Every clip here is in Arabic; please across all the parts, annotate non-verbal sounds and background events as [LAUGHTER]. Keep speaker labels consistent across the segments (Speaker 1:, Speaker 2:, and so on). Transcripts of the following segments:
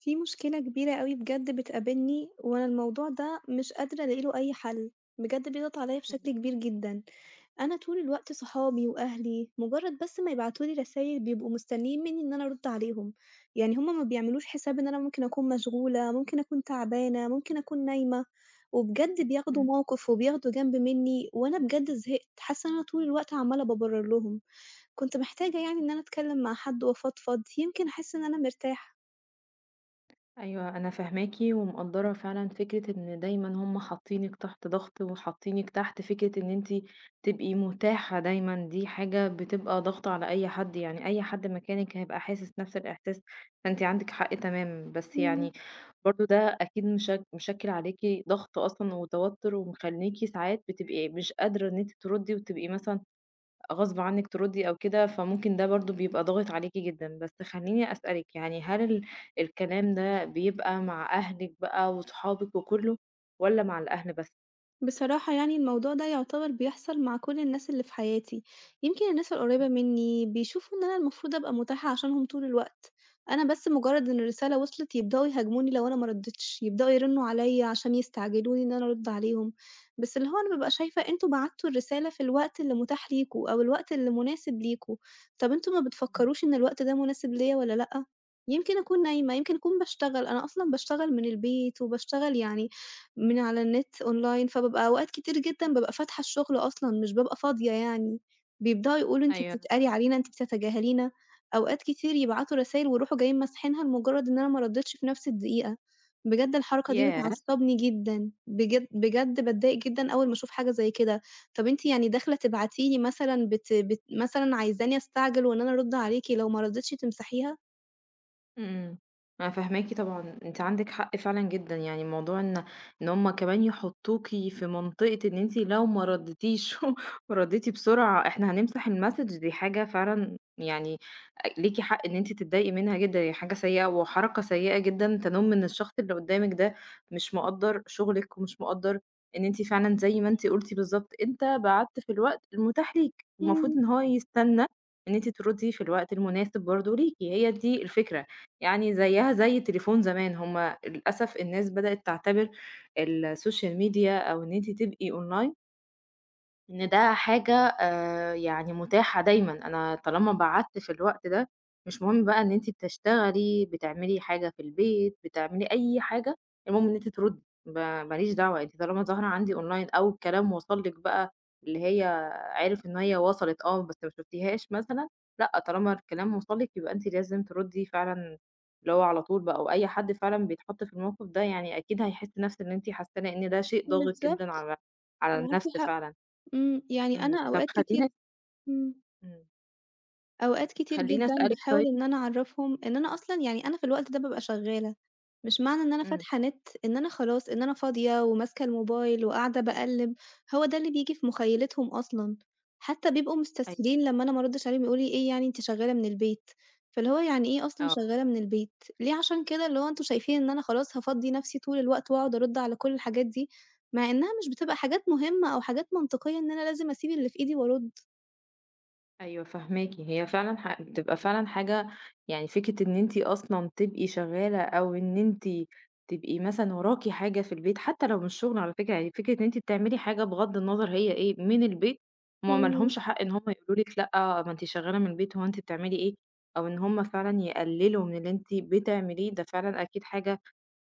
Speaker 1: في مشكلة كبيرة أوي بجد بتقابلني، وأنا الموضوع ده مش قادرة ألاقي له أي حل، بجد بيضغط عليَّ بشكل
Speaker 2: إمم.
Speaker 1: كبير جدًا، أنا طول الوقت صحابي وأهلي مجرد بس ما يبعتوا لي رسايل بيبقوا مستنيين مني إن أنا أرد عليهم، يعني هُم ما بيعملوش حساب إن أنا ممكن أكون مشغولة، ممكن أكون تعبانة، ممكن أكون نايمة، وبجد بياخدوا
Speaker 2: إمم.
Speaker 1: موقف وبياخدوا جنب مني، وأنا بجد زهقت، حاسة إن أنا طول الوقت عمالة بابرر لهم، كنت محتاجة يعني إن أنا أتكلم مع حد وأفضفض، يمكن أحس إن أنا مرتاحة.
Speaker 2: أيوه أنا فاهماكِ ومقدّرة فعلًا فكرة إن دايمًا هم حاطينِك تحت ضغط، وحاطينِك تحت فكرة إن أنتِ تبقي متاحة دايمًا، دي حاجة بتبقى ضغط على أي حد، يعني أي حد مكانِك هيبقى حاسس نفس الإحساس، فأنتِ عندِك حق تمامًا، بس
Speaker 1: إمم.
Speaker 2: يعني برضه ده أكيد مشكِّل عليكِ ضغط أصلًا وتوتر، ومخلّيكِ ساعات بتبقي مش قادرة إن أنتِ تردّي، وتبقي مثلًا غصب عنِك تردي أو كده، فممكن ده برضه بيبقى ضاغط عليكِ جدًا. بس خلّيني أسألِك، يعني هل الكلام ده بيبقى مع أهلِك بقى وصحابِك وكُلّه والّا مع الأهل بس؟
Speaker 1: بصراحة يعني الموضوع ده يعتبر بيحصل مع كل الناس اللي في حياتي، يمكن الناس القريبة مني بيشوفوا إن أنا المفروض أبقى متاحة عشانهم طول الوقت، أنا بس مجرد إن الرسالة وصلت يبدأوا يهاجموني لو أنا ما ردتش، يبدأوا يرنوا عليا عشان يستعجلوني إن أنا أرد عليهم، بس اللي هو أنا بابقى شايفة أنتوا بعتوا الرسالة في الوقت اللي متاح ليكوا أو الوقت اللي مناسب ليكوا، طب أنتوا ما
Speaker 2: إمم.
Speaker 1: بتفكروش إن الوقت ده مناسب ليا والّا لأ؟ يمكن أكون نايمة، يمكن أكون باشتغل، أنا أصلًا باشتغل من البيت وباشتغل يعني من على النت أونلاين، فبابقى أوقات كتير جدًا
Speaker 2: إمم.
Speaker 1: بابقى فاتحة الشغل أصلًا، مش بابقى فاضية يعني. بيبدأوا يقولوا أنتِ
Speaker 2: أيوه أنا
Speaker 1: بتتقلي
Speaker 2: فاهماكِ.
Speaker 1: علينا، أنتِ بتتجاهلينا، أوقات كتير يبعتوا رسايل ويروحوا جايين ماسحينها لمجرد إن أنا ما رديتش في نفس الدقيقة. بجد الحركة دي
Speaker 2: ياه!
Speaker 1: بتعصبني جدًا، بجد بجد باتضايق جدًا أول ما أشوف حاجة زي كده. طب أنتِ يعني داخلة تبعتي لي مثلًا بت بت مثلًا عايزاني أستعجل وإن أنا أرد عليكِ، لو ما رديتش تمسحيها؟
Speaker 2: إمم. إمم. أنا فاهماكِ طبعًا، أنتِ عندِك حق فعلًا جدًا، يعني موضوع إن هُم كمان يحطّوكِ في منطقة إن أنتِ لو ما ردّيتيش [LAUGHS] وردّيتِ بسرعة إحنا هنمسح الmessage دي حاجة فعلًا يعني ليكِ حق إن أنتِ تتضايقي منها جدًا، هي حاجة سيئة وحركة سيئة جدًا تَنُم إن الشخص اللي قدّامِك ده مش مقدّر شغلِك ومش مقدّر إن أنتِ فعلًا زي ما أنتِ قُلتِ بالضبط، أنت بعتّ في الوقت المتاح ليك، المفروض
Speaker 1: إمم،
Speaker 2: إن هو يستنى إن أنتِ تردّي في الوقت المناسب برضه ليكِ، هي دي الفكرة. يعني زيّها زي تليفون زمان، هم للأسف الناس بدأت تعتبر السوشيال ميديا أو إن أنتِ تبقي أونلاين، إن ده حاجة يعني متاحة دايمًا، أنا طالما بعتّ في الوقت ده، مش مهم بقى إن أنتِ بتشتغلي، بتعملي حاجة في البيت، بتعملي أي حاجة، المهم إن أنتِ تردّي، ما ليش دعوة، أنتِ طالما ظاهرة عندي أونلاين أو الكلام وصل لِك بقى اللي هي عرف إن هي وصلت آه، بس ما شُفتيهاش مثلًا، لأ طالما الكلام وصل لِك يبقى أنتِ لازم تردّي فعلًا اللي هو على طول بقى، وأي حد فعلًا بيتحط في الموقف ده يعني أكيد هيحس نَفْس اللي أنتِ حاساه، لإن ده شيء ضاغط جدًا
Speaker 1: بالضبط،
Speaker 2: على على
Speaker 1: معاكِ
Speaker 2: النَفْس
Speaker 1: حق.
Speaker 2: فعلًا.
Speaker 1: إمم، يعني
Speaker 2: إمم.
Speaker 1: أنا
Speaker 2: طب
Speaker 1: أوقات كتير.
Speaker 2: خلّيني
Speaker 1: إمم.
Speaker 2: إمم.
Speaker 1: أوقات كتير
Speaker 2: خلّيني
Speaker 1: جدًا
Speaker 2: أسألِك
Speaker 1: باحاول
Speaker 2: طيب
Speaker 1: إن أنا أعرّفهم إن أنا أصلًا يعني أنا في الوقت ده بابقى شغّالة، مش معنى إن أنا
Speaker 2: إمم.
Speaker 1: فاتحة نت إن أنا خلاص إن أنا فاضية وماسكة الموبايل وقاعدة باقلِّب، هو ده اللي بييجي في مُخيّلتهم أصلًا، حتى بيبقوا
Speaker 2: أيوه،
Speaker 1: مستسهلين لمّا أنا ما أردّش عليهم يقولوا لي: "إيه يعني أنتِ شغّالة من البيت؟" فاللي هو يعني إيه أصلًا
Speaker 2: آه.
Speaker 1: شغّالة من البيت؟ ليه عشان كده اللي هو
Speaker 2: إمم.
Speaker 1: أنتم
Speaker 2: إمم.
Speaker 1: شايفين إن أنا خلاص هافضّي نَفْسي طول الوقت وأقعد أرُد على كل الحاجات دي، مع إنّها مش بتبقى حاجات مهمة أو حاجات منطقية إن أنا لازم أسيب اللي في إيدي وأرُد.
Speaker 2: أيوه فاهماكِ، هي فعلًا بتبقى فعلًا حاجة يعني فكرة إن أنتِ أصلًا تبقي شغّالة أو إن أنتِ تبقي مثلًا وراكِ حاجة في البيت، حتى لو مش شغل على فكرة، يعني فكرة إن أنتِ بتعملي حاجة بغض النظر هي إيه من البيت، هُم ما
Speaker 1: إمم،
Speaker 2: لهمش حق إن هُم يقولوا لِك لأ، ما أنتِ شغّالة من البيت، هو أنتِ بتعملي إيه؟ أو إن هُم فعلًا يقللوا من اللي أنتِ بتعمليه، ده فعلًا أكيد حاجة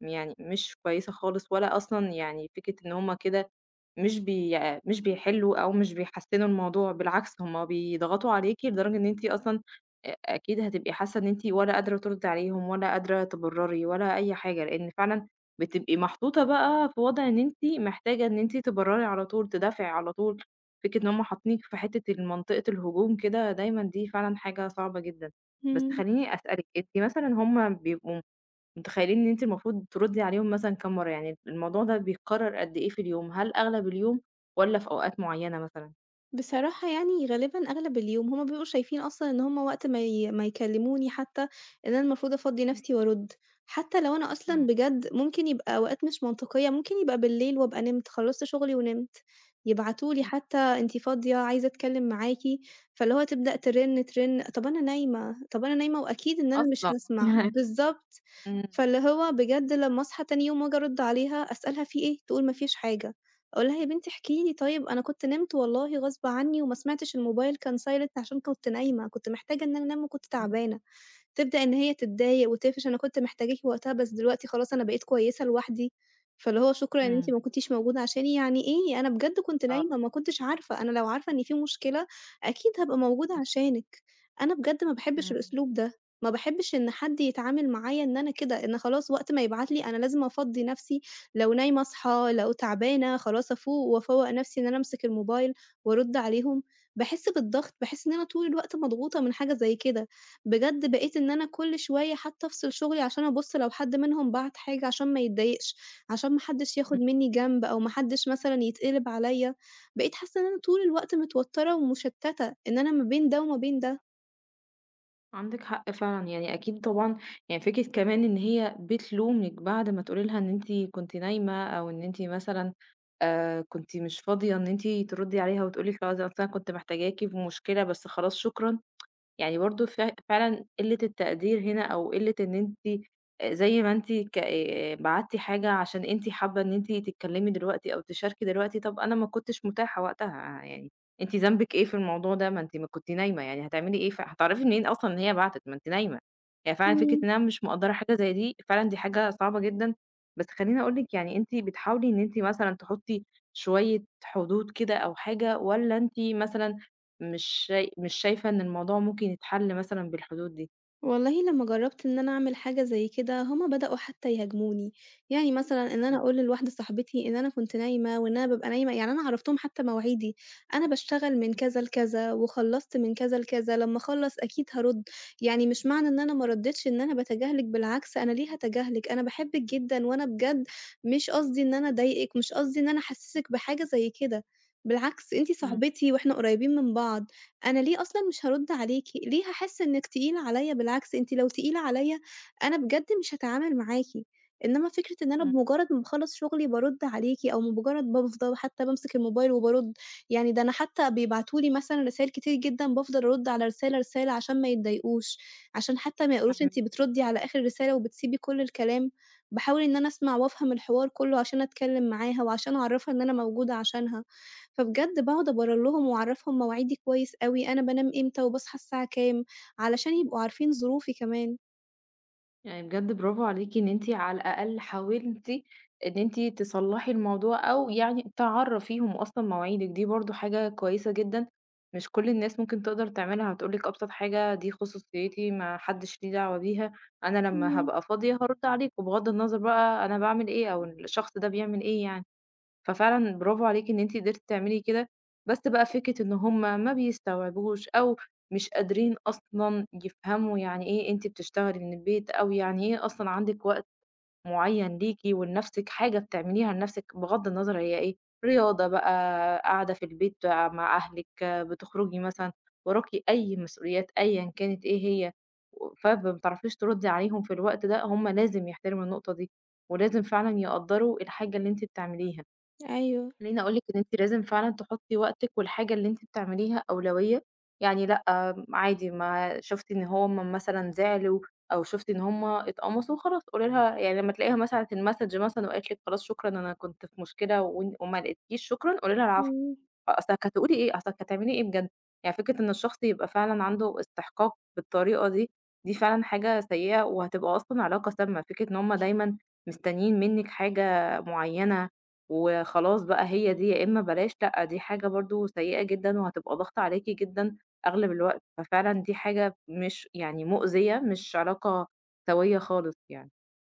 Speaker 2: يعني مش كويسة خالص، ولا أصلًا يعني فكرة إن هُم كده مش بي يعني مش بيحلّوا أو مش بيحسّنوا الموضوع، بالعكس هُم بيضغطوا عليكِ لدرجة إن أنتِ أصلًا أكيد هتبقي حاسة إن أنتِ ولا قادرة تردّي عليهم ولا قادرة تبرّري ولا أي حاجة، لإن فعلًا بتبقي محطوطة بقى في وضع إن أنتِ محتاجة إن أنتِ تبرّري على طول، تدافعي على طول، فكرة إن هُم حاطينِك في حتّة منطقة الهجوم كده دايمًا دي فعلًا حاجة صعبة جدًا. بس
Speaker 1: إمم.
Speaker 2: خلّيني أسألِك، أنتِ مثلًا هُم بيبقوا متخيلين إن أنتِ المفروض تردّي عليهم مثلًا كام مرّة، يعني الموضوع ده بيتكرر قد إيه في اليوم؟ هل أغلب اليوم والّا في أوقات معيّنة مثلًا؟
Speaker 1: بصراحة يعني غالبًا أغلب اليوم، هُم بيبقوا شايفين أصلًا إن هُم وقت ما ما يكلموني حتى إن أنا المفروض أفضّي
Speaker 2: إمم.
Speaker 1: نفسي وأرُد، حتى لو أنا أصلًا
Speaker 2: إمم.
Speaker 1: بجد ممكن يبقى أوقات مش منطقية، ممكن يبقى بالليل وأبقى نِمت، خلّصت شغلي ونِمت، يبعتوا لي
Speaker 2: إمم.
Speaker 1: حتى أنتِ فاضية، عايزة أتكلم معاكِ، فاللي هو تبدأ ترن، ترن، طَب أنا نايمة، طَب أنا نايمة وأكيد إن أنا مش
Speaker 2: أصلًا!
Speaker 1: هاسمع،
Speaker 2: [LAUGHS]
Speaker 1: بالضبط،
Speaker 2: إمم.
Speaker 1: فاللي هو بجد لمّا أصحى تاني يوم وآجي أرُد عليها أسألها في إيه؟ تقول ما فيش حاجة. أقول لها: "يا بنتي احكي لي طيب، أنا كنت نِمت والله غصب عنّي وما سمعتش الموبايل كان silent عشان كنت نايمة، كنت محتاجة إن أنا أنام وكنت
Speaker 2: إمم.
Speaker 1: تعبانة." تبدأ إن هي تتضايق وتقفش، أنا كنت محتاجاكِ وقتها بس دلوقتي خلاص أنا بقيت كويسة لوحدي، فاللي هو شكرًا إن أنتِ
Speaker 2: إمم.
Speaker 1: ما كنتيش موجودة عشاني، يعني إيه أنا بجد كنت نايمة
Speaker 2: آه.
Speaker 1: ما كنتش عارفة، أنا لو عارفة إن في مشكلة أكيد هابقى موجودة
Speaker 2: إمم.
Speaker 1: عشانِك، أنا بجد ما باحبش
Speaker 2: إمم.
Speaker 1: الأسلوب ده، ما باحبش إن حد يتعامل معايا إن أنا كده، إن خلاص وقت ما يبعت لي أنا لازم أفضّي نفسي، لو نايمة أصحى، لو تعبانة خلاص أفوق وأفوّق نفسي إن أنا أمسك
Speaker 2: إمم.
Speaker 1: الموبايل وأرُد عليهم، باحس بالضغط، باحس إن أنا طول الوقت مضغوطة من حاجة زي كده. بجد بقيت إن أنا كل شوية حتى أفصل شغلي عشان أبُص لو حد منهم بعت حاجة عشان ما يتضايقش، عشان ما حدش ياخد
Speaker 2: إمم.
Speaker 1: منّي جنب أو ما حدش مثلًا يتقلب عليَّ، بقيت حاسة إن أنا طول الوقت متوترة ومشتتة، إن أنا ما بين ده وما بين ده.
Speaker 2: عندِك حق فعلًا، يعني أكيد طبعًا يعني فكرة كمان إن هي بتلومِك بعد ما تقولي لها إن أنتِ كنتِ نايمة أو إن أنتِ مثلًا كنتِ مش فاضية إن أنتِ تردّي عليها وتقولي لِك خلاص ده أصل أنا كنت محتاجاكِ في مشكلة بس خلاص شكرًا، يعني برضه فعلًا قِلّة التقدير هنا أو قِلّة إن أنتِ زي ما أنتِ ك بعتّي حاجة عشان أنتِ حابة إن أنتِ تتكلّمي دلوقتي أو تشاركي دلوقتي، طَب أنا ما كنتش متاحة وقتها، آه، يعني أنتِ ذنبِك إيه في الموضوع ده؟ ما أنتِ ما كنتِ نايمة، يعني هتعملي إيه؟ فهتعرفي منين أصلًا إن هي بعتت، ما أنتِ نايمة. هي فعلًا فكرة
Speaker 1: إمم.
Speaker 2: إن أنا مش مقدّرة حاجة زي دي، فعلًا دي حاجة صعبة جدًا، بس خلّيني أقول لِك يعني أنتِ بتحاولي إن أنتِ مثلًا تحطّي شوية حدود كده أو حاجة والّا أنتِ مثلًا مش شايفة إن الموضوع ممكن يتحل مثلًا بالحدود دي.
Speaker 1: والله لمّا جرّبت إن أنا أعمل حاجة زي كده، هُم بدأوا حتى يهاجموني، يعني مثلًا إن أنا
Speaker 2: إمم.
Speaker 1: أقول للواحدة صاحبتي إن أنا كنت نايمة وإن أنا بابقى نايمة يعني أنا عرّفتهم حتى مواعيدي، أنا باشتغل من كذا لكذا وخلّصت من كذا لكذا، لمّا أخلّص أكيد هارُد، يعني مش معنى إن أنا ما ردّيتش إن أنا باتجاهلِك بالعكس أنا ليه هاتجاهلِك، أنا باحبِك جدًا وأنا بجد مش قصدي إن أنا أضايقِك، مش قصدي إن أنا أحسّسِك بحاجة زي كده، بالعكس أنتِ
Speaker 2: إمم.
Speaker 1: صاحبتي وإحنا قريبين من بعض. أنا ليه أصلًا مش هارُد عليكِ، ليه هاحس إنِّك تقيلة عليّا، بالعكس أنتِ لو تقيلة عليّا أنا بجد مش هاتعامل معاكِ، إنّما فكرة إن أنا
Speaker 2: إمم.
Speaker 1: بمجرّد ما باخلّص شغلي بارُد عليكِ أو بمجرّد ما بافضى حتى بامسك الموبايل وبارُد، يعني ده أنا حتى بيبعتوا لي مثلًا رسايل كتير جدًا بافضل أرُد على رسالة، رسالة عشان ما يتضايقوش، عشان حتى ما يقولوش أنتِ
Speaker 2: فاهماكِ.
Speaker 1: بتردّي على آخر رسالة وبتسيبي كل الكلام، باحاول إن أنا أسمع وأفهم الحوار كُلّه عشان أتكلّم معاها وعشان أعرّفها إن أنا موجودة عشانها. فبجد باقعد أبرر لهم وأعرّفهم مواعيدي كويس أوي، أنا بانام إمتى وباصحى الساعة كام، علشان يبقوا عارفين ظروفي كمان.
Speaker 2: يعني بجد برافو عليكِ إن أنتِ على الأقل حاولتِ إن أنتِ تصلّحي الموضوع أو يعني تعرّفيهم أصلًا مواعيدِك، دي برضه حاجة كويسة جدًا، مش كل الناس ممكن تقدر تعملها، هتقول لِك أبسط حاجة دي خصوصيتي ما حدش ليه دعوة بيها، أنا لمّا
Speaker 1: إمم،
Speaker 2: هابقى فاضية هارُد عليكم بغض النظر بقى أنا باعمل إيه أو الشخص ده بيعمل إيه يعني. ففعلًا برافو عليكِ إن أنتِ قدرتِ تعملي كده، بس بقى فكرة إن هُم ما بيستوعبوش أو مش قادرين أصلًا يفهموا يعني إيه أنتِ بتشتغلي من البيت، أو يعني إيه أصلًا عندِك وقت معين ليكِ ولنفسِك، حاجة بتعمليها لنفسِك بغض النظر هي إيه، رياضة بقى، قاعدة في البيت بقى مع أهلِك، بتخرجي مثلًا، وراكِ أي مسؤوليات أيًا كانت إيه هي، فما بتعرفيش تردي عليهم في الوقت ده، هُم لازم يحترموا النقطة دي، ولازم فعلًا يقدّروا الحاجة اللي أنتِ بتعمليها.
Speaker 1: أيوه.
Speaker 2: خلّيني أقول لِك إن أنتِ لازم فعلًا تحطّي وقتِك والحاجة اللي أنتِ بتعمليها أولوية، يعني لأ، عادي ما شُفتِ إن هُم مثلًا زعلوا أو شُفتِ إن هُم اتقمصوا خلاص قولي لها يعني لمّا تلاقيها مثلًا بعتت message مثلًا وقالت لِك خلاص شكرًا أنا كنت في مشكلة وإن وما لقيتكيش شكرًا قولي لها العفو.
Speaker 1: إمم.
Speaker 2: أصلِك هتقولي إيه، أصلِك هتعملي إيه بجد، يعني فكرة إن الشخص يبقى فعلًا عنده استحقاق بالطريقة دي، دي فعلًا حاجة سيئة وهتبقى أصلًا علاقة سامة، فكرة إن هُم دايمًا مستنيين منِّك حاجة معيّنة وخلاص بقى هي دي يا إما بلاش، لأ دي حاجة برضه سيئة جدًا وهتبقى ضاغطة عليكِ جدًا أغلب الوقت، ففعلًا دي حاجة مش يعني مؤذية، مش علاقة سوية خالص يعني.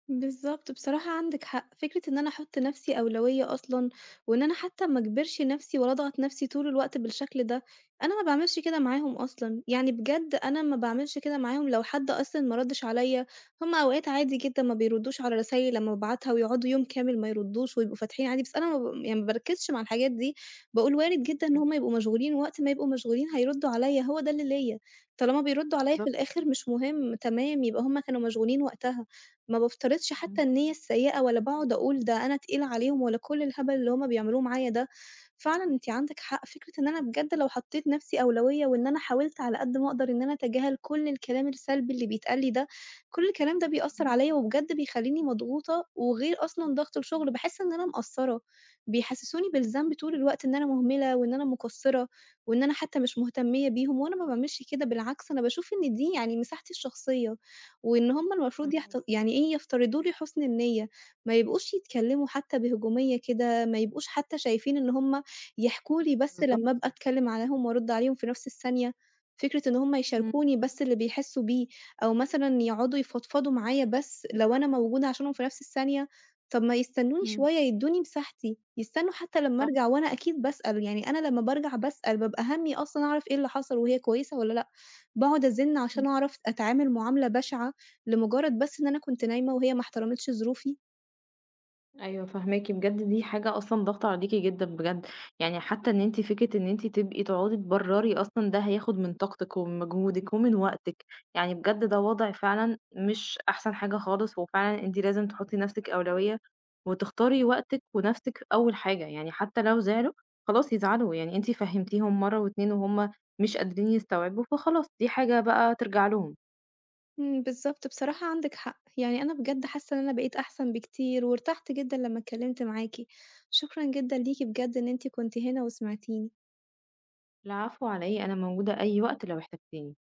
Speaker 1: بالضبط، بصراحة عندِك حق، فكرة إن أنا أحُط لنفسي أولوية أصلًا، وإن أنا حتى ما أجبرش نفسي ولا أضغط نفسي طول الوقت بالشكل ده، أنا ما باعملش كده معاهم أصلًا، يعني بجد أنا ما باعملش كده معاهم لو حد أصلًا ما ردّش عليَّ، هُم أوقات عادي جدًا ما بيردّوش على رسايل لمّا بابعتها ويقعدوا يوم كامل ما يردّوش ويبقوا فاتحين عادي، بس أنا ما ب يعني ما باركّزش مع الحاجات دي، باقول وارد جدًا إن
Speaker 2: إمم.
Speaker 1: هُم يبقوا مشغولين، وقت ما يبقوا مشغولين هيردّوا عليَّ، هو ده اللي ليَّ، طالما بيردّوا عليَّ في
Speaker 2: بالضبط.
Speaker 1: الآخر مش مهم، تمام، يبقى هُم كانوا مشغولين وقتها. ما بافترضش
Speaker 2: إمم.
Speaker 1: حتى النية السيئة ولا باقعد أقول ده أنا تقيلة عليهم ولا كل الهبل اللي هُم بيعملوه معايا ده. فعلًا أنتِ عندِك حق، فكرة إن أنا بجد لو حطيت نفسي أولوية وإن أنا حاولت على قد ما أقدر إن أنا أتجاهل كل الكلام السلبي اللي بيتقال لي ده، كل الكلام ده بيأثّر
Speaker 2: إمم.
Speaker 1: عليَّ وبجد بيخلّيني مضغوطة، وغير أصلًا ضغط الشغل باحس إن أنا مقصّرة، بيحسسوني بالذنب طول الوقت إن أنا مهملة وإن أنا مقصّرة وإن أنا حتى مش مهتمية بيهم، وأنا ما باعملش كده بالعكس أنا باشوف إن دي يعني مساحتي الشخصية. وإن هُم المفروض
Speaker 2: فاهماكِ.
Speaker 1: يعني إيه، يفترضوا لي حُسن النيّة، ما يبقوش يتكلّموا حتى بهجومية كده، ما يبقوش حتى شايفين إن هُم يحكوا لي بس
Speaker 2: بالضبط.
Speaker 1: لمّا أبقى أتكلّم عليهم وأرُد عليهم في نَفْس الثانية، فكرة إن هُم
Speaker 2: إمم.
Speaker 1: يشاركوني بس اللي بيحسّوا بيه، أو مثلًا يقعدوا يفضفضوا معايا بس لو أنا موجودة عشانهم في نَفْس الثانية، طَب ما يستنوني
Speaker 2: إمم.
Speaker 1: شوية، يدّوني مساحتي، يستنوا حتى لمّا
Speaker 2: صح.
Speaker 1: أرجع وأنا أكيد باسأل، يعني أنا لمّا بارجع باسأل بابقى هَمّي أصلًا أعرف إيه اللي حصل وهي كويسة والّا لأ. باقعد أزِّن
Speaker 2: إمم.
Speaker 1: عشان أعرف أتعامل معاملة بشعة، لمجرد بس إن أنا كنت نايمة وهي ما احترمتش ظروفي.
Speaker 2: أيوه فاهماكِ، بجد دي حاجة أصلًا ضاغطة عليكِ جدًا بجد، يعني حتى إن أنتِ فكرة إن أنتِ تبقي تقعدي تبرّري أصلًا ده هياخد من طاقتِك ومن مجهودِك ومن وقتِك، يعني بجد ده وضع فعلًا مش أحسن حاجة خالص، وفعلًا أنتِ لازم تحطّي لنفسِك أولوية، وتختاري وقتِك ونفسِك أول حاجة، يعني حتى لو زعلوا خلاص يزعلوا، يعني أنتِ فهمتيهم مرّة و2 وهُم مش قادرين يستوعبوا، فخلاص دي حاجة بقى ترجع لهم.
Speaker 1: إمم، بالضبط، بصراحة عندِك حق. يعني أنا بجد حاسة إن أنا بقيت أحسن بكتير، وارتحت جدًا لمّا اتكلمت معاكِ. شكرًا جدًا ليكِ بجد إن أنتِ كنتِ هنا وسمعتيني.
Speaker 2: العفو على إيه، أنا موجودة أي وقت لو احتجتيني.